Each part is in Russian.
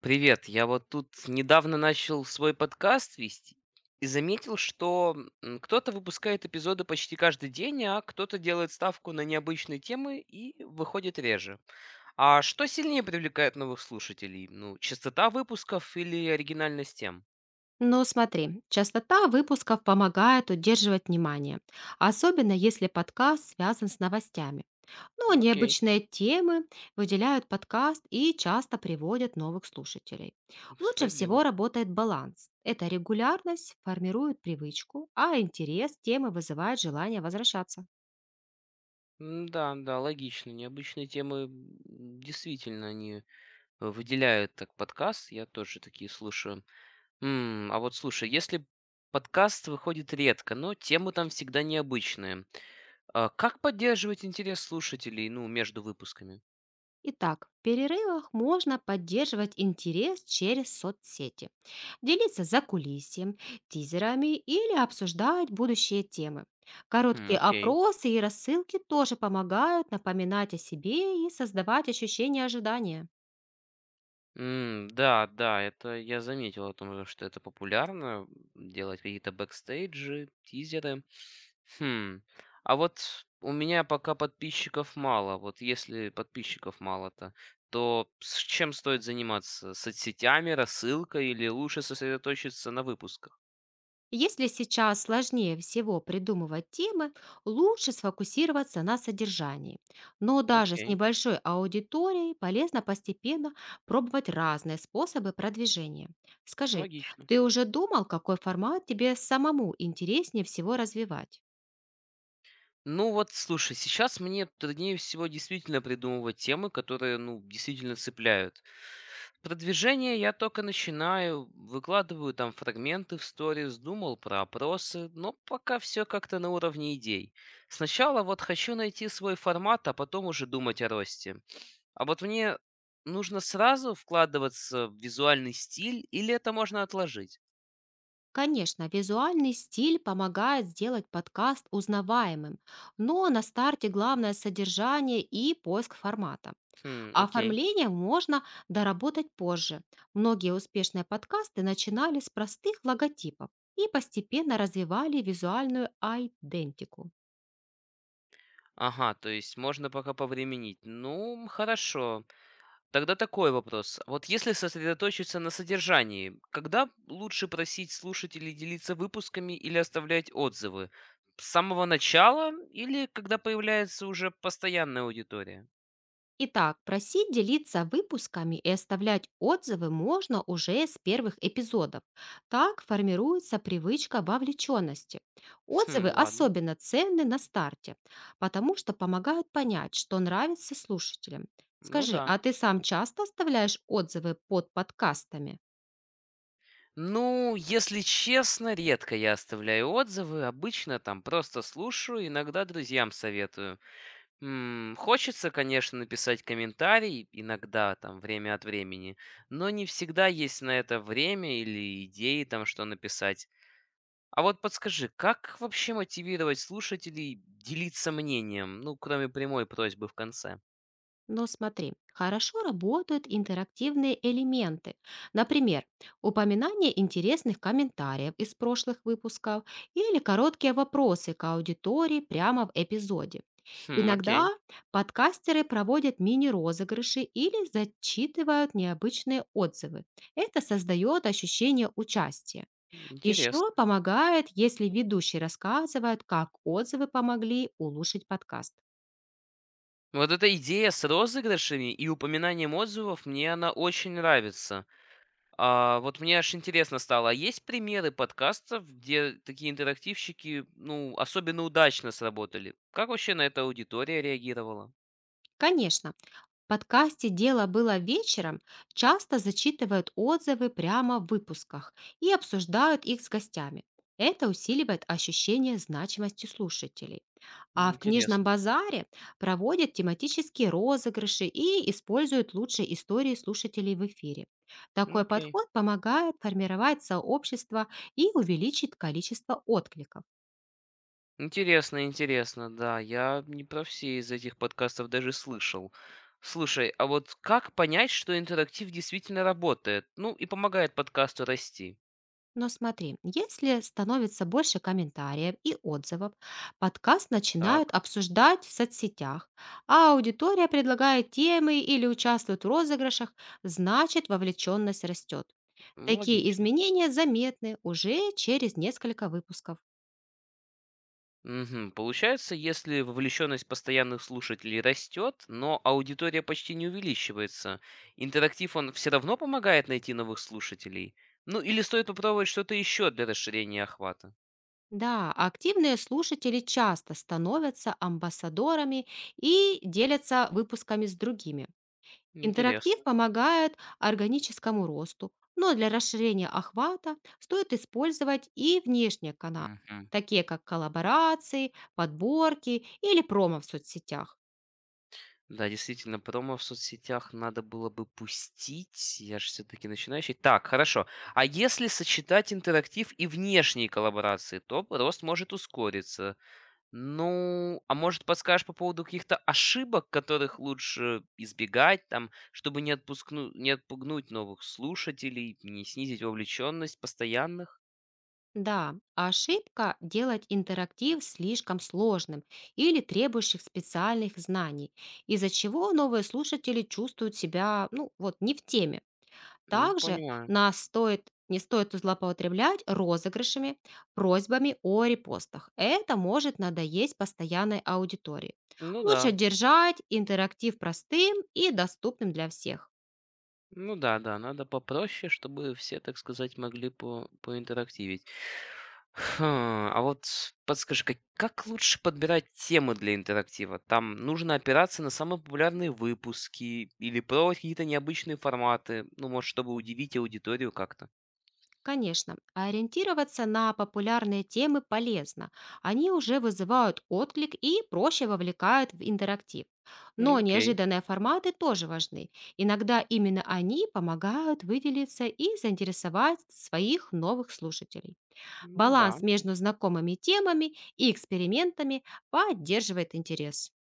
Привет, я вот тут недавно начал свой подкаст вести и заметил, что кто-то выпускает эпизоды почти каждый день, а кто-то делает ставку на необычные темы и выходит реже. А что сильнее привлекает новых слушателей? Ну, частота выпусков или оригинальность тем? Но смотри, частота выпусков помогает удерживать внимание, особенно если подкаст связан с новостями. Но Окей, необычные темы выделяют подкаст и часто приводят новых слушателей. Лучше справедливо. всего работает баланс. Эта регулярность формирует привычку, а интерес темы вызывает желание возвращаться. М, да, да, логично. Необычные темы действительно они выделяют так подкаст. Я тоже такие слушаю. А вот слушай, если подкаст выходит редко, но темы там всегда необычные, а как поддерживать интерес слушателей, ну, между выпусками? Итак, в перерывах можно поддерживать интерес через соцсети, делиться за закулисьем, тизерами или обсуждать будущие темы. Хм, Короткие окей. опросы и рассылки тоже помогают напоминать о себе и создавать ощущение ожидания. М, да, да, это я заметил о том, что это популярно, делать какие-то бэкстейджи, тизеры. Хм, а вот у меня пока подписчиков мало, вот если подписчиков мало-то, то с чем стоит заниматься? Соцсетями, рассылкой или лучше сосредоточиться на выпусках? Если сейчас сложнее всего придумывать темы, лучше сфокусироваться на содержании. Но даже с Окей. небольшой аудиторией полезно постепенно пробовать разные способы продвижения. Скажи, Логично. ты уже думал, какой формат тебе самому интереснее всего развивать? Ну вот, слушай, сейчас мне труднее всего действительно придумывать темы, которые, ну, действительно цепляют. Продвижение я только начинаю, выкладываю там фрагменты в сторис, думал про опросы, но пока все как-то на уровне идей. Сначала вот хочу найти свой формат, а потом уже думать о росте. А вот мне нужно сразу вкладываться в визуальный стиль или это можно отложить? Конечно, визуальный стиль помогает сделать подкаст узнаваемым, но на старте главное содержание и поиск формата. Хм, А окей. оформление можно доработать позже. Многие успешные подкасты начинали с простых логотипов и постепенно развивали визуальную айдентику. Ага, то есть можно пока повременить. Ну, хорошо. Тогда такой вопрос. Вот если сосредоточиться на содержании, когда лучше просить слушателей делиться выпусками или оставлять отзывы? С самого начала или когда появляется уже постоянная аудитория? Итак, просить делиться выпусками и оставлять отзывы можно уже с первых эпизодов. Так формируется привычка вовлеченности. Отзывы Хм, ладно. особенно ценны на старте, потому что помогают понять, что нравится слушателям. Ну Скажи, да. а ты сам часто оставляешь отзывы под подкастами? Ну, если честно, редко я оставляю отзывы. Обычно там просто слушаю, иногда друзьям советую. Хочется, конечно, написать комментарий иногда, там, время от времени, но не всегда есть на это время или идеи, там, что написать. А вот подскажи, как вообще мотивировать слушателей делиться мнением, ну, кроме прямой просьбы в конце? Но смотри, хорошо работают интерактивные элементы. Например, упоминание интересных комментариев из прошлых выпусков или короткие вопросы к аудитории прямо в эпизоде. Хм, окей, Иногда подкастеры проводят мини-розыгрыши или зачитывают необычные отзывы. Это создает ощущение участия. Еще интересно. помогает, если ведущий рассказывает, как отзывы помогли улучшить подкаст. Вот эта идея с розыгрышами и упоминанием отзывов, мне она очень нравится. А, вот мне аж интересно стало, а есть примеры подкастов, где такие интерактивщики, ну, особенно удачно сработали? Как вообще на это аудитория реагировала? Конечно, подкасте «Дело было вечером» часто зачитывают отзывы прямо в выпусках и обсуждают их с гостями. Это усиливает ощущение значимости слушателей. А в книжном Интересно. базаре проводят тематические розыгрыши и используют лучшие истории слушателей в эфире. Ну, Такой окей. подход помогает формировать сообщество и увеличить количество откликов. Интересно, интересно, да. Я не про все из этих подкастов даже слышал. Слушай, а вот как понять, что интерактив действительно работает? Ну, и помогает подкасту расти? Но смотри, если становится больше комментариев и отзывов, подкаст начинают Так, обсуждать в соцсетях, а аудитория предлагает темы или участвует в розыгрышах, значит вовлеченность растет. ну, Такие логично. изменения заметны уже через несколько выпусков. Мгм. Получается, если вовлеченность постоянных слушателей растет, но аудитория почти не увеличивается, интерактив он все равно помогает найти новых слушателей? Ну или стоит попробовать что-то еще для расширения охвата? Да, активные слушатели часто становятся амбассадорами и делятся выпусками с другими. Интерактив Интересно. помогает органическому росту, но для расширения охвата стоит использовать и внешние каналы, Мгм. такие как коллаборации, подборки или промо в соцсетях. Да, действительно, промо в соцсетях надо было бы пустить. Я же все-таки начинающий. Так, хорошо. А если сочетать интерактив и внешние коллаборации, то рост может ускориться. Ну, а может, подскажешь по поводу каких-то ошибок, которых лучше избегать, там, чтобы не отпугнуть новых слушателей, не снизить вовлеченность постоянных? Да, ошибка — делать интерактив слишком сложным или требующих специальных знаний, из-за чего новые слушатели чувствуют себя ну, вот, не в теме. М, Также понимаю. нас стоит не стоит злоупотреблять розыгрышами, просьбами о репостах. Это может надоесть постоянной аудитории. Ну Лучше да. держать интерактив простым и доступным для всех. Ну да, да, надо попроще, чтобы все, так сказать, могли по поинтерактивить. Хм, а вот подскажи, как лучше подбирать темы для интерактива? Там нужно опираться на самые популярные выпуски или пробовать какие-то необычные форматы, ну, может, чтобы удивить аудиторию как-то? Конечно, ориентироваться на популярные темы полезно. Они уже вызывают отклик и проще вовлекают в интерактив. М, Но окей. неожиданные форматы тоже важны. Иногда именно они помогают выделиться и заинтересовать своих новых слушателей. М, да. Баланс между знакомыми темами и экспериментами поддерживает интерес.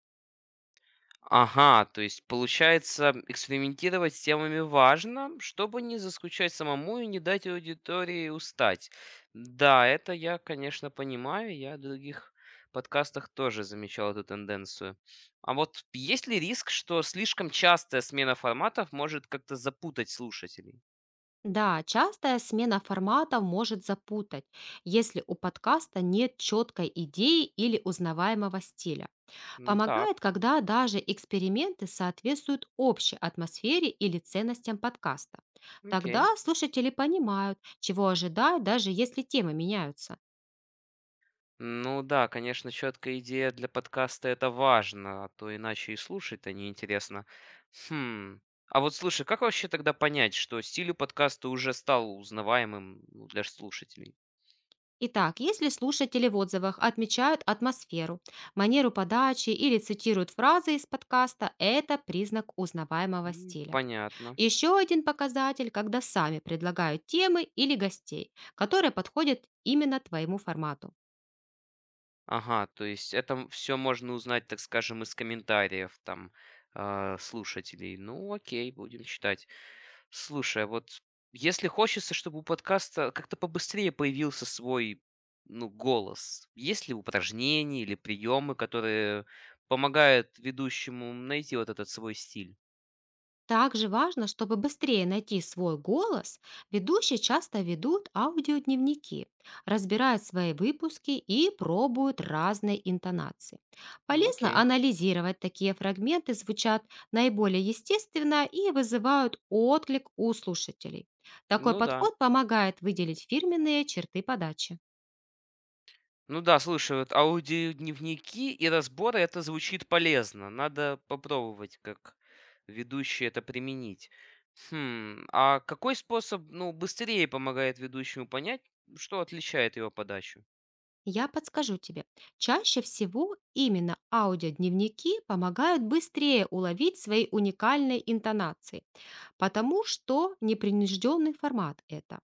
Ага, то есть получается, экспериментировать с темами важно, чтобы не заскучать самому и не дать аудитории устать. Да, это я, конечно, понимаю. Я в других подкастах тоже замечал эту тенденцию. А вот есть ли риск, что слишком частая смена форматов может как-то запутать слушателей? Да, частая смена форматов может запутать, если у подкаста нет четкой идеи или узнаваемого стиля. М, так, Помогает, когда даже эксперименты соответствуют общей атмосфере или ценностям подкаста. окей. Тогда слушатели понимают, чего ожидать, даже если темы меняются. Ну да, конечно, четкая идея для подкаста это важно, а то иначе и слушать-то неинтересно. Хм. А вот слушай, как вообще тогда понять, что стиль у подкаста уже стал узнаваемым ну, для слушателей? Итак, если слушатели в отзывах отмечают атмосферу, манеру подачи или цитируют фразы из подкаста, это признак узнаваемого М, стиля. понятно. Еще один показатель, когда сами предлагают темы или гостей, которые подходят именно твоему формату. Ага, то есть это все можно узнать, так скажем, из комментариев там а, слушателей. Ну, окей, будем читать. Слушай, а вот если хочется, чтобы у подкаста как-то побыстрее появился свой, ну, голос, есть ли упражнения или приемы, которые помогают ведущему найти вот этот свой стиль? Также важно, чтобы быстрее найти свой голос, ведущие часто ведут аудиодневники, разбирают свои выпуски и пробуют разные интонации. М, Полезно окей. анализировать такие фрагменты, звучат наиболее естественно и вызывают отклик у слушателей. Такой Ну да. подход помогает выделить фирменные черты подачи. Ну да, слушай, вот аудиодневники и разборы- это звучит полезно. Надо попробовать, как ведущий, это применить. А какой способ, ну, быстрее помогает ведущему понять, что отличает его подачу? Я подскажу тебе. Чаще всего именно аудиодневники помогают быстрее уловить свои уникальные интонации потому что непринужденный формат это.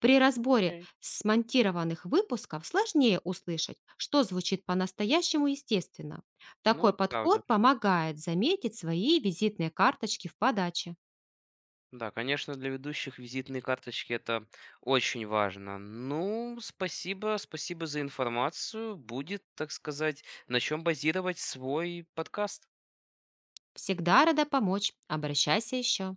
При разборе М. смонтированных выпусков сложнее услышать, что звучит по-настоящему естественно. Ну, Такой это правда. подход помогает заметить свои визитные карточки в подаче. Да, конечно, для ведущих визитные карточки это очень важно. Ну, спасибо, спасибо за информацию. Будет, так сказать, на чем базировать свой подкаст. Всегда рада помочь. Обращайся еще.